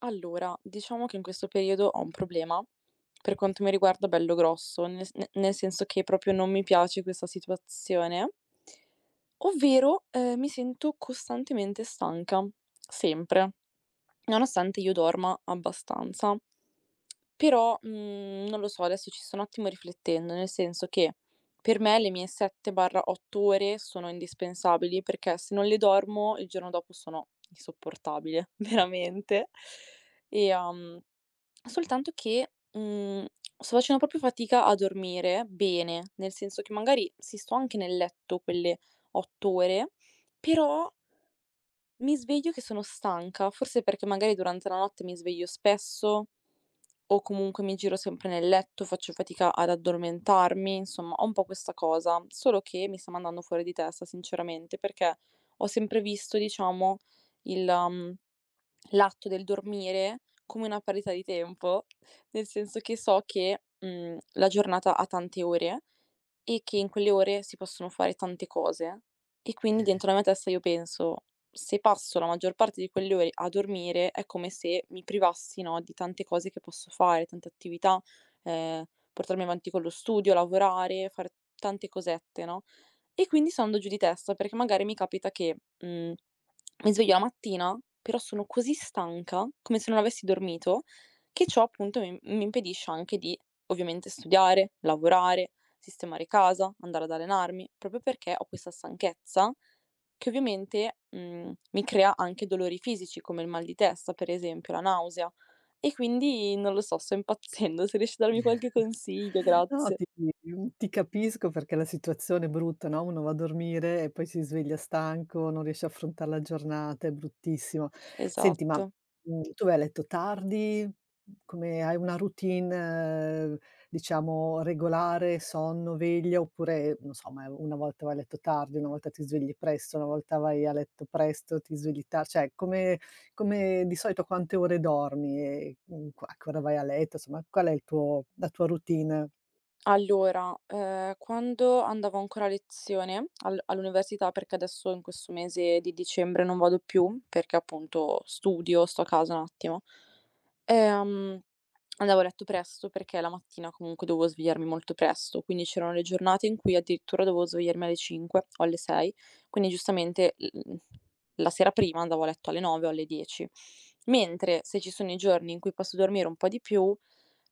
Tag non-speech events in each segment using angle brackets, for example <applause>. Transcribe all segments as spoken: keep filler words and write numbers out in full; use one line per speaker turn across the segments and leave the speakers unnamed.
Allora, diciamo che in questo periodo ho un problema, per quanto mi riguarda bello grosso, nel s ne nel senso che proprio non mi piace questa situazione ovvero, ehm, mi sento costantemente stanca, sempre. Nonostante io dorma abbastanza, però, mhmm, non lo so, adesso ci sto un attimo riflettendo, nel senso che per me le mie sette o otto ore sono indispensabili, perché se non le dormo il giorno dopo sono insopportabile, <laughs> veramente. E, uhm, soltanto che, mhmm, sto facendo proprio fatica a dormire bene, nel senso che magari sì, sto anche nel letto quelle otto ore, però mi sveglio che sono stanca, forse perché magari durante la notte mi sveglio spesso o comunque mi giro sempre nel letto, faccio fatica ad addormentarmi, insomma, ho un po' questa cosa, solo che mi sta mandando fuori di testa, sinceramente, perché ho sempre visto, diciamo, il, um, l'atto del dormire come una parità di tempo, nel senso che so che, mhmm, la giornata ha tante ore e che in quelle ore si possono fare tante cose e quindi dentro la mia testa io penso: se passo la maggior parte di quelle ore a dormire è come se mi privassi, no, di tante cose che posso fare, tante attività, ehm, portarmi avanti con lo studio, lavorare, fare tante cosette, no? E quindi so ando giù di testa, perché magari mi capita che, mhmm, mi sveglio la mattina, però sono così stanca, come se non avessi dormito, che ciò appunto mi mi impedisce anche di, ovviamente, studiare, lavorare, sistemare casa, andare ad allenarmi, proprio perché ho questa stanchezza che ovviamente, mhmm, mi crea anche dolori fisici, come il mal di testa, per esempio, la nausea. E quindi non lo so, sto impazzendo. <laughs> Se riesci a darmi qualche consiglio,
No,
grazie.
ti mhmm, ti capisco perché la situazione è brutta, no, uno va a dormire e poi si sveglia stanco, non riesce a affrontar la giornata, è bruttissimo. Senti, ma,
Esatto.
mhmm, tu vai a letto tardi? Mhmm, come hai una routine, eh, diciamo, regolare, sonno, veglia, oppure, non so, ma una volta vai a letto tardi, una volta ti svegli presto, una volta vai a letto presto, ti svegli tar cioè come come di solito quante ore dormi e, mhmm, qu a che ora vai a letto, insomma qual è il tuo la tua routine?
Allora, ehm, quando andavo ancora a lezione al all'università, perché adesso in questo mese di dicembre non vado più, perché appunto studio, sto a casa un attimo. Ehm, Andavo a letto presto perché la mattina comunque dovevo svegliarmi molto presto, quindi c'erano le giornate in cui addirittura dovevo svegliarmi alle cinque o alle sei, quindi giustamente l- la sera prima andavo a letto alle nove o alle dieci. Mentre se ci sono i giorni in cui posso dormire un po' di più,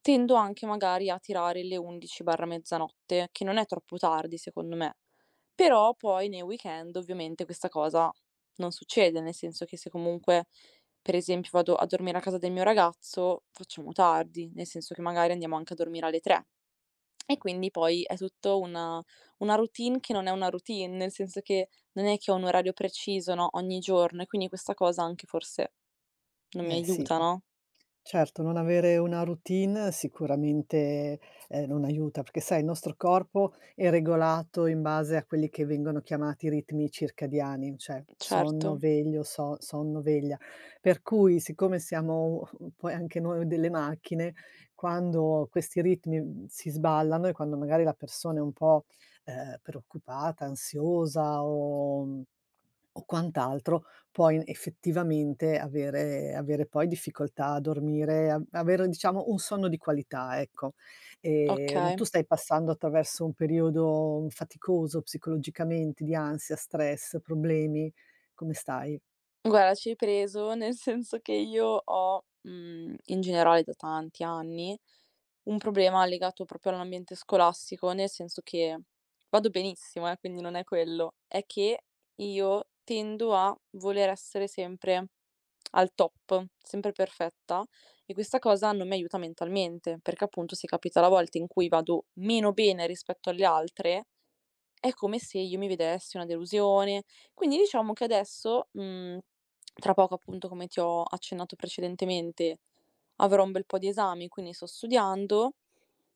tendo anche magari a tirare le undici barra mezzanotte, che non è troppo tardi secondo me. Però poi nei weekend ovviamente questa cosa non succede, nel senso che se comunque per esempio vado a dormire a casa del mio ragazzo, facciamo tardi, nel senso che magari andiamo anche a dormire alle tre e quindi poi è tutto una una routine che non è una routine, nel senso che non è che ho un orario preciso, no, ogni giorno e quindi questa cosa anche forse non mi
Eh sì.
aiuta, no?
Certo, non avere una routine sicuramente, ehm, non aiuta, perché sai il nostro corpo è regolato in base a quelli che vengono chiamati ritmi circadiani, cioè
Certo,
sonno, veglio, so sonno, veglia. Per cui siccome siamo <laughs> poi anche noi delle macchine, quando questi ritmi, mhmm, si sballano e quando magari la persona è un po', ehm, preoccupata, ansiosa o o quant'altro, puoi effettivamente avere avere poi difficoltà a dormire, a avere diciamo un sonno di qualità, ecco. Ehm,
okay.
tu stai passando attraverso un periodo faticoso psicologicamente, di ansia, stress, problemi? Come stai?
Guarda, ci hai preso, nel senso che io ho, mhmm, in generale da tanti anni, un problema legato proprio all'ambiente scolastico, nel senso che vado benissimo eh, quindi non è quello, è che io tendo a voler essere sempre al top, sempre perfetta e questa cosa non mi aiuta mentalmente, perché appunto se capita la volta in cui vado meno bene rispetto alle altre è come se io mi vedessi una delusione. Quindi diciamo che adesso, mhmm, tra poco appunto, come ti ho accennato precedentemente, avrò un bel po' di esami, quindi sto studiando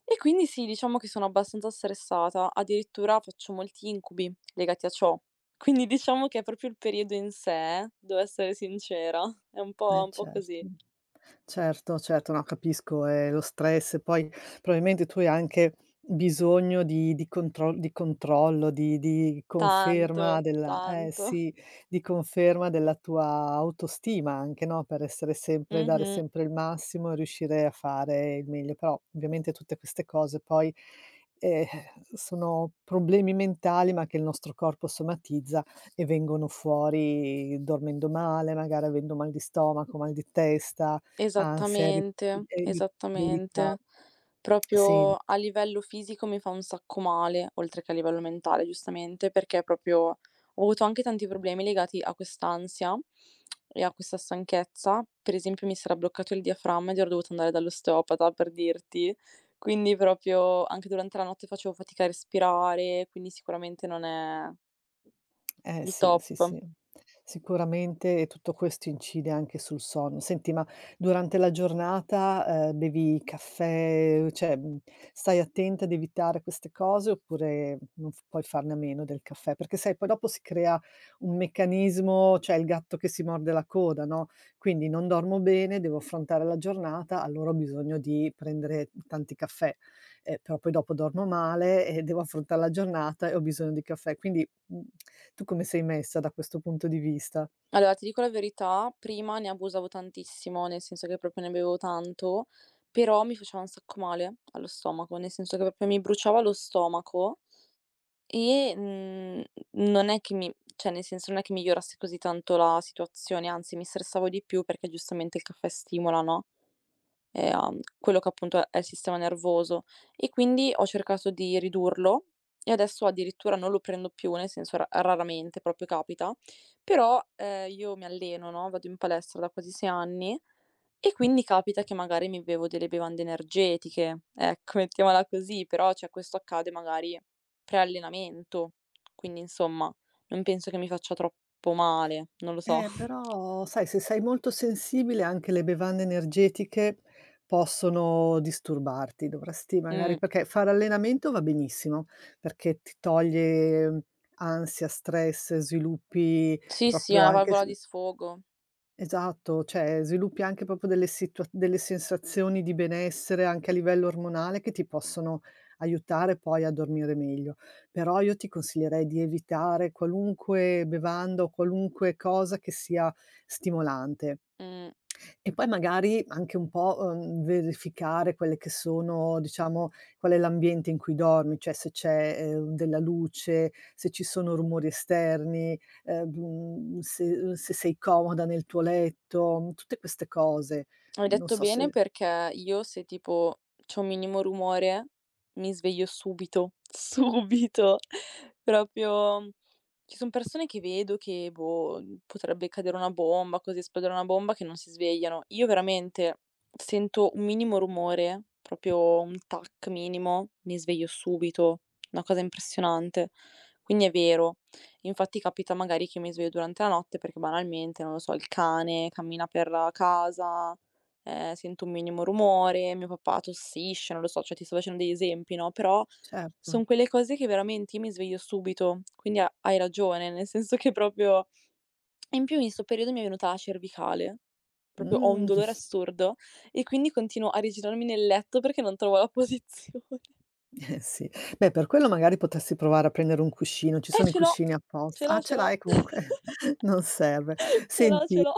e quindi sì, diciamo che sono abbastanza stressata, addirittura faccio molti incubi legati a ciò. Quindi diciamo che è proprio il periodo in sé, devo essere sincera, <laughs> è un po'
Eh
un po'
certo.
così.
Certo, certo, no, capisco, ehm, lo stress, poi probabilmente tu hai anche bisogno di di control di controllo, di di
Tanto,
conferma della eh
tanto.
sì, di conferma della tua autostima anche, no, per essere sempre dare
Mh-mh.
sempre il massimo e riuscire a fare il meglio. Però ovviamente tutte queste cose poi, ehm, sono problemi mentali, ma che il nostro corpo somatizza e vengono fuori dormendo male, magari avendo mal di stomaco, mal di testa. Ansia, ri
Esattamente,
ehm, irritabilità.
esattamente. Proprio
Senti,
a livello fisico mi fa un sacco male, oltre che a livello mentale giustamente, perché proprio ho avuto anche tanti problemi legati a quest'ansia e a questa stanchezza. Per esempio mi si era bloccato il diaframma ed ero dovuta andare dall'osteopata per dirti. Quindi proprio anche durante la notte facevo fatica a respirare, quindi sicuramente non è
eh
il
sì,
top.
sì, sì. Sicuramente e tutto questo incide anche sul sonno. Senti, ma durante la giornata, ehm, bevi caffè, cioè, mhmm, stai attenta ad evitare queste cose oppure non f puoi farne a meno del caffè? Perché sai poi dopo si crea un meccanismo, cioè il gatto che si morde la coda, no, quindi: "Non dormo bene, devo affrontare la giornata, allora ho bisogno di prendere tanti caffè, eh, però poi dopo dormo male e devo affrontar la giornata e ho bisogno di caffè." Quindi mh. Tu come sei messa da questo punto di vista?
Allora, ti dico la verità, prima ne abusavo tantissimo, nel senso che proprio ne bevevo tanto, però mi faceva un sacco male allo stomaco, nel senso che proprio mi bruciava lo stomaco e, mhmm, non è che mi cioè nel senso non è che migliorasse così tanto la situazione, anzi mi stressavo di più perché giustamente il caffè stimola, no? Ehm, a quello che appunto è il sistema nervoso e quindi ho cercato di ridurlo e adesso addirittura non lo prendo più, nel senso ra raramente, proprio capita, però, ehm, io mi alleno, no, vado in palestra da quasi sei anni e quindi capita che magari mi bevo delle bevande energetiche, ecco, <laughs> mettiamola così, però cioè questo accade magari pre-allenamento, quindi insomma non penso che mi faccia troppo male, non lo so.
Eh,
<laughs>
però sai, se sei molto sensibile anche le bevande energetiche possono disturbarti. Dovresti magari
Mh.
perché fare allenamento va benissimo, perché ti toglie mm, ansia, stress, sviluppi
Sì, sì, è
proprio
una
anche
valvola
s
di sfogo.
esatto, cioè sviluppi anche proprio delle situa delle sensazioni di benessere anche a livello ormonale che ti possono aiutare poi a dormire meglio. Però io ti consiglierei di evitare qualunque bevanda o qualunque cosa che sia stimolante.
Mh.
E poi magari anche un po', uhm, verificare quelle che sono diciamo, qual è l'ambiente in cui dormi, cioè se c'è, ehm, della luce, se ci sono rumori esterni, ehm, mhmm, se uhm, se sei comoda nel tuo letto, tutte queste cose.
Hai
Non
detto
so
bene
se
perché io se tipo c'è un minimo rumore mi sveglio subito, <laughs> subito. Proprio ci son persone che vedo che, boh, potrebbe cadere una bomba, così esplodere una bomba, che non si svegliano. Io veramente sento un minimo rumore, proprio un tac minimo, mi sveglio subito, una cosa impressionante. Quindi è vero. Infatti capita magari che mi sveglio durante la notte perché banalmente, non lo so, il cane cammina per la casa, ehm, sento un minimo rumore, mio papà tossisce, non lo so, cioè ti sto facendo degli esempi, no, però
certo.
son quelle cose che veramente io mi sveglio subito, quindi ha hai ragione, nel senso che proprio e in più in 'sto periodo mi è venuta la cervicale, proprio ho un
Mh,
dolore
<laughs>
assurdo e quindi continuo a rigirarmi nel letto perché non trovo la <laughs> posizione.
eh sì. Beh, per quello magari potresti provare a prendere un cuscino, ci
Eh,
sono i
ce l'ho,
cuscini
ce
apposta.
l'ho,
Ah,
ce
ce
l'ho.
l'hai
<laughs>
comunque? <laughs> Non serve.
Ce l'ho, ce
Senti,
l'ho.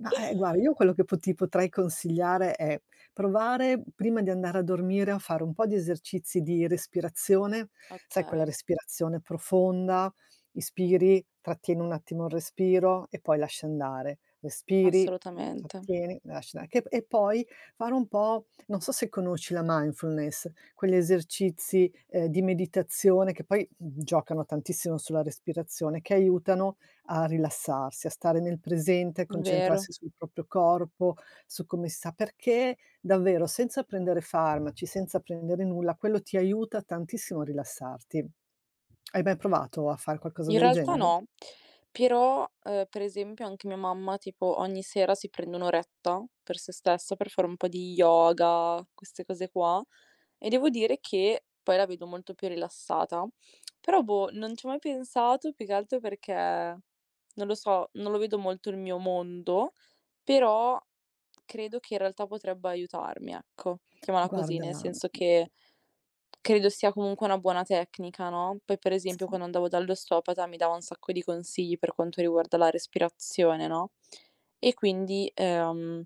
ma, ehm, guarda,
<laughs>
io quello che po ti potrei consigliare è provare, prima di andare a dormire, a fare un po' di esercizi di respirazione, sai quella
Okay,
respirazione profonda, ispiri, trattieni un attimo il respiro e poi lasci andare, respiri,
assolutamente,
trattieni, lasci andare, che p e poi fare un po', non so se conosci la mindfulness, quegli esercizi, ehm, di meditazione che poi mm, giocano tantissimo sulla respirazione, che aiutano a rilassarsi, a stare nel presente, a
vero.
concentrarsi sul proprio corpo, su come si sta, perché davvero senza prendere farmaci, senza prendere nulla, quello ti aiuta tantissimo a rilassarti. Hai mai provato a fare qualcosa
In
del
realtà
genere?
no, però, ehm, per esempio anche mia mamma tipo ogni sera si prende un' oretta per se stessa, per fare un po' di yoga, queste cose qua, e devo dire che poi la vedo molto più rilassata. Però boh, non ci ho mai pensato, più che altro perché, non lo so, non lo vedo molto il mio mondo, però credo che in realtà potrebbe aiutarmi, ecco, mettiamola così, nel
Guarda,
senso che credo sia comunque una buona tecnica, no, poi per esempio quando andavo dall'osteopata mi dava un sacco di consigli per quanto riguarda la respirazione, no, e quindi, ehm,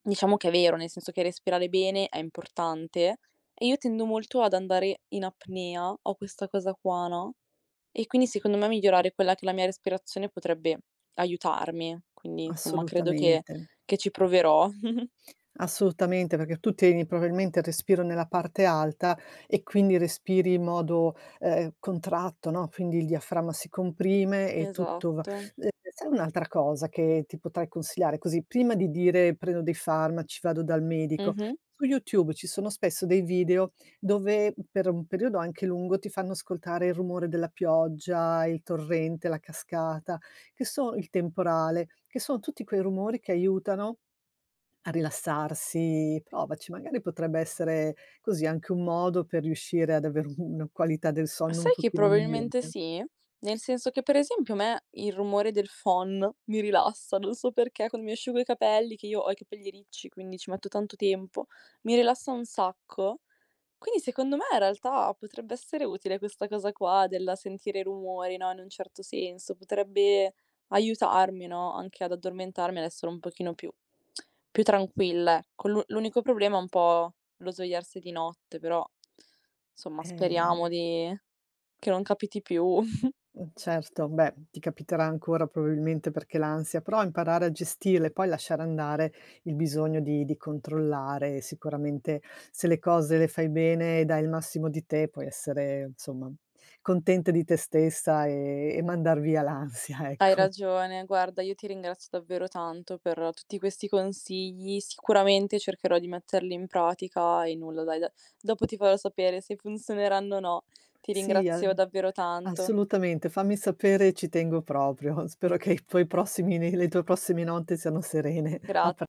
diciamo che è vero, nel senso che respirare bene è importante e io tendo molto ad andare in apnea, ho questa cosa qua, no, e quindi secondo me migliorare quella che è la mia respirazione potrebbe aiutarmi, quindi insomma credo che
assolutamente.
che ci proverò. <laughs>
Assolutamente, perché tu tieni probabilmente il respiro nella parte alta e quindi respiri in modo, ehm, contratto, no, quindi il diaframma si comprime e tutto va
Esatto.
ehm, sai, un'altra cosa che ti potrei consigliare così, prima di dire: "Prendo dei farmaci, vado dal medico",
Mh-mh.
su YouTube ci sono spesso dei video dove per un periodo anche lungo ti fanno ascoltare il rumore della pioggia, il torrente, la cascata, che so, il temporale, che sono tutti quei rumori che aiutano a rilassarsi, provaci, magari potrebbe essere così anche un modo per riuscire ad avere una qualità del sonno un
Sai che
pochino migliore.
probabilmente sì? Nel senso che, per esempio, a me il rumore del phon mi rilassa, non so perché, quando mi asciugo i capelli, che io ho i capelli ricci, quindi ci metto tanto tempo, mi rilassa un sacco. Quindi secondo me in realtà potrebbe essere utile questa cosa qua del sentire i rumori, no, in un certo senso, potrebbe aiutarmi, no, anche ad addormentarmi, ad essere un pochino più più tranquilla, ecco. L'u l'unico problema è un po' lo svegliarsi di notte, però insomma
Eh,
speriamo di che non capiti più. <laughs>
mh, certo, beh, ti capiterà ancora probabilmente perché l'ansia, però imparare a gestirla e poi lasciare andare il bisogno di di controllare. Sicuramente se le cose le fai bene e dai il massimo di te, puoi essere insomma contenta di te stessa e e mandar via l'ansia, <laughs>
Hai
ecco.
ragione, guarda io ti ringrazio davvero tanto per tutti questi consigli, sicuramente cercherò di metterli in pratica e nulla dai, da dopo ti farò sapere se funzioneranno o no. Ti
Sì, a
ringrazio davvero tanto.
assolutamente, fammi sapere, ci tengo proprio. Spero che i tuoi prossimi le tue prossime notti siano serene. A
Gra
pre